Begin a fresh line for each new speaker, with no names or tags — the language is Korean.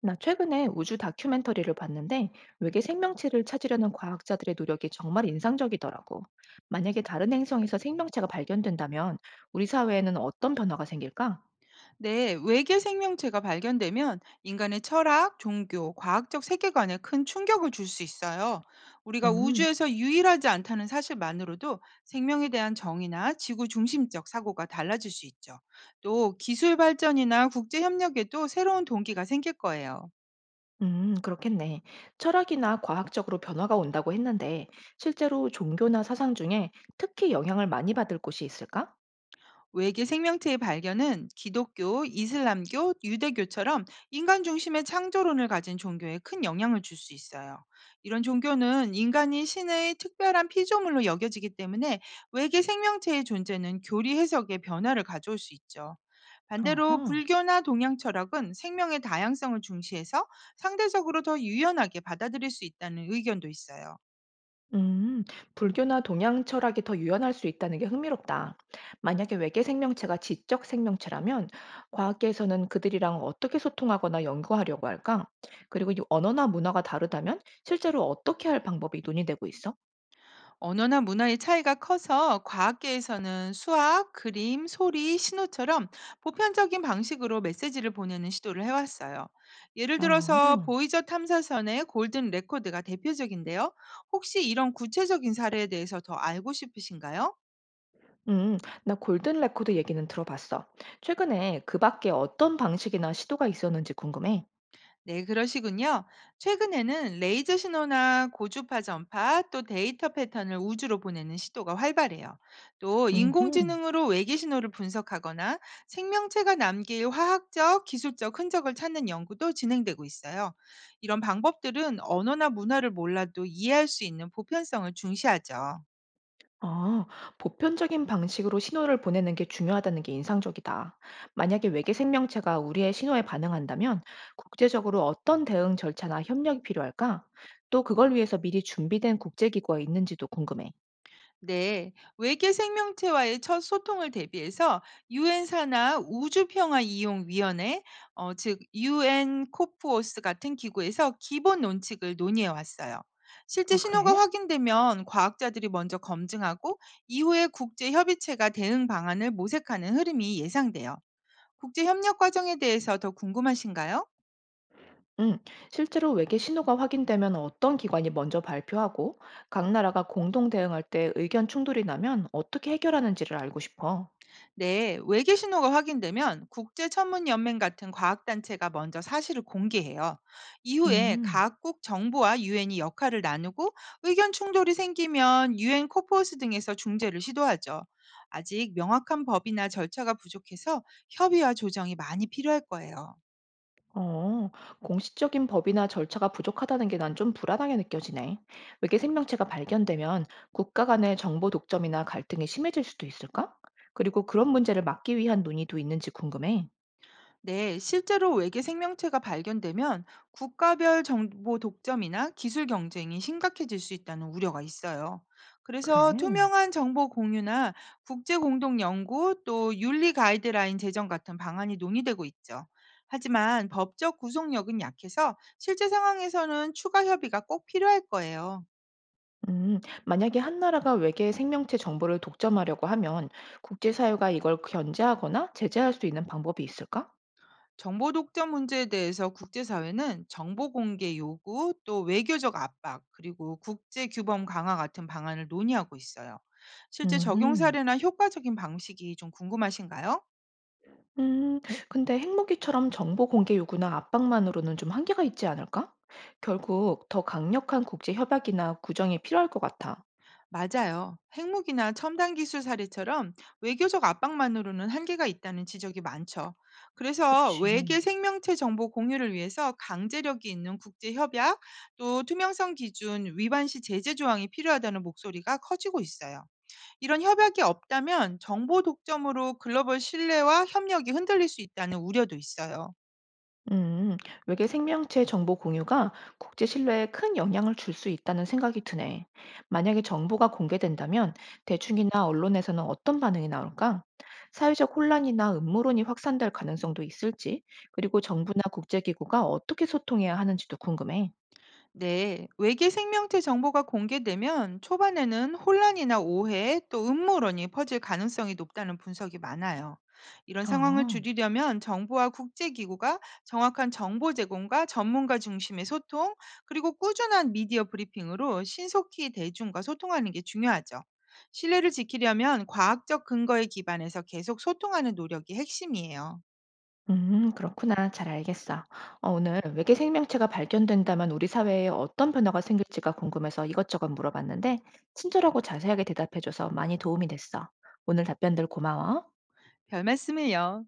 나 최근에 우주 다큐멘터리를 봤는데 외계 생명체를 찾으려는 과학자들의 노력이 정말 인상적이더라고. 만약에 다른 행성에서 생명체가 발견된다면 우리 사회에는 어떤 변화가 생길까?
네, 외계 생명체가 발견되면 인간의 철학, 종교, 과학적 세계관에 큰 충격을 줄 수 있어요. 우리가
음,
우주에서 유일하지 않다는 사실만으로도 생명에 대한 정의나 지구 중심적 사고가 달라질 수 있죠. 또 기술 발전이나 국제 협력에도 새로운 동기가 생길 거예요.
그렇겠네. 철학이나 과학적으로 변화가 온다고 했는데 실제로 종교나 사상 중에 특히 영향을 많이 받을 곳이 있을까?
외계 생명체의 발견은 기독교, 이슬람교, 유대교처럼 인간 중심의 창조론을 가진 종교에 큰 영향을 줄 수 있어요. 이런 종교는 인간이 신의 특별한 피조물로 여겨지기 때문에 외계 생명체의 존재는 교리 해석에 변화를 가져올 수 있죠.
어허.
반대로 불교나 동양 철학은 생명의 다양성을 중시해서 상대적으로 더 유연하게 받아들일 수 있다는 의견도 있어요.
음, 불교나 동양 철학이 더 유연할 수 있다는 게 흥미롭다. 만약에 외계 생명체가 지적 생명체라면 과학계에서는 그들이랑 어떻게 소통하거나 연구하려고 할까? 그리고 이 언어나 문화가 다르다면 실제로 어떻게 할 방법이 논의되고 있어?
언어나 문화의 차이가 커서 과학계에서는 수학, 그림, 소리, 신호처럼 보편적인 방식으로 메시지를 보내는 시도를 해왔어요. 예를
아,
들어서 보이저 탐사선의 골든 레코드가 대표적인데요. 혹시 이런 구체적인 사례에 대해서 더 알고 싶으신가요?
음, 나 골든 레코드 얘기는 들어봤어. 최근에 그 밖에 어떤 방식이나 시도가 있었는지 궁금해.
네, 그러시군요. 최근에는 레이저 신호나 고주파 전파 또 데이터 패턴을 우주로 보내는 시도가 활발해요. 또
음.
인공지능으로 외계 신호를 분석하거나 생명체가 남길 화학적, 기술적 흔적을 찾는 연구도 진행되고 있어요. 이런 방법들은 언어나 문화를 몰라도 이해할 수 있는 보편성을 중시하죠.
아, 보편적인 방식으로 신호를 보내는 게 중요하다는 게 인상적이다. 만약에 외계 생명체가 우리의 신호에 반응한다면 국제적으로 어떤 대응 절차나 협력이 필요할까? 또 그걸 위해서 미리 준비된 국제기구가 있는지도 궁금해.
네, 외계 생명체와의 첫 소통을 대비해서 유엔사나 우주평화이용위원회, 즉 UN 코프오스 같은 기구에서 기본 논칙을 논의해 왔어요. 실제
아,
신호가
그래?
확인되면 과학자들이 먼저 검증하고 이후에 국제 협의체가 대응 방안을 모색하는 흐름이 예상돼요. 국제 협력 과정에 대해서 더 궁금하신가요?
음, 실제로 외계 신호가 확인되면 어떤 기관이 먼저 발표하고 각 나라가 공동 대응할 때 의견 충돌이 나면 어떻게 해결하는지를 알고 싶어.
네, 외계 신호가 확인되면 국제천문연맹 같은 과학단체가 먼저 사실을 공개해요. 이후에
음.
각국 정부와 유엔이 역할을 나누고 의견 충돌이 생기면 유엔 코포스 등에서 중재를 시도하죠. 아직 명확한 법이나 절차가 부족해서 협의와 조정이 많이 필요할 거예요.
어, 공식적인 법이나 절차가 부족하다는 게 난 좀 불안하게 느껴지네. 외계 생명체가 발견되면 국가 간의 정보 독점이나 갈등이 심해질 수도 있을까? 그리고 그런 문제를 막기 위한 논의도 있는지 궁금해.
네, 실제로 외계 생명체가 발견되면 국가별 정보 독점이나 기술 경쟁이 심각해질 수 있다는 우려가 있어요. 그래서
그래.
투명한 정보 공유나 국제 공동 연구 또 윤리 가이드라인 제정 같은 방안이 논의되고 있죠. 하지만 법적 구속력은 약해서 실제 상황에서는 추가 협의가 꼭 필요할 거예요.
음, 만약에 한 나라가 외계 생명체 정보를 독점하려고 하면 국제사회가 이걸 견제하거나 제재할 수 있는 방법이 있을까?
정보 독점 문제에 대해서 국제사회는 정보 공개 요구, 또 외교적 압박, 그리고 국제 규범 강화 같은 방안을 논의하고 있어요. 실제 적용
음.
사례나 효과적인 방식이 좀 궁금하신가요?
음, 근데 핵무기처럼 정보 공개 요구나 압박만으로는 좀 한계가 있지 않을까? 결국 더 강력한 국제 협약이나 구정이 필요할 것 같아.
맞아요. 핵무기나 첨단 기술 사례처럼 외교적 압박만으로는 한계가 있다는 지적이 많죠. 그래서
그치.
외계 생명체 정보 공유를 위해서 강제력이 있는 국제 협약, 또 투명성 기준 위반 시 제재 조항이 필요하다는 목소리가 커지고 있어요. 이런 협약이 없다면 정보 독점으로 글로벌 신뢰와 협력이 흔들릴 수 있다는 우려도 있어요.
음, 외계 생명체 정보 공유가 국제 신뢰에 큰 영향을 줄 수 있다는 생각이 드네. 만약에 정보가 공개된다면 대중이나 언론에서는 어떤 반응이 나올까? 사회적 혼란이나 음모론이 확산될 가능성도 있을지, 그리고 정부나 국제기구가 어떻게 소통해야 하는지도 궁금해.
네, 외계 생명체 정보가 공개되면 초반에는 혼란이나 오해 또 음모론이 퍼질 가능성이 높다는 분석이 많아요. 이런 상황을
아.
줄이려면 정부와 국제기구가 정확한 정보 제공과 전문가 중심의 소통, 그리고 꾸준한 미디어 브리핑으로 신속히 대중과 소통하는 게 중요하죠. 신뢰를 지키려면 과학적 근거에 기반해서 계속 소통하는 노력이 핵심이에요.
그렇구나. 잘 알겠어. 오늘 외계 생명체가 발견된다면 우리 사회에 어떤 변화가 생길지가 궁금해서 이것저것 물어봤는데, 친절하고 자세하게 대답해줘서 많이 도움이 됐어. 오늘 답변들 고마워.
별 말씀을요.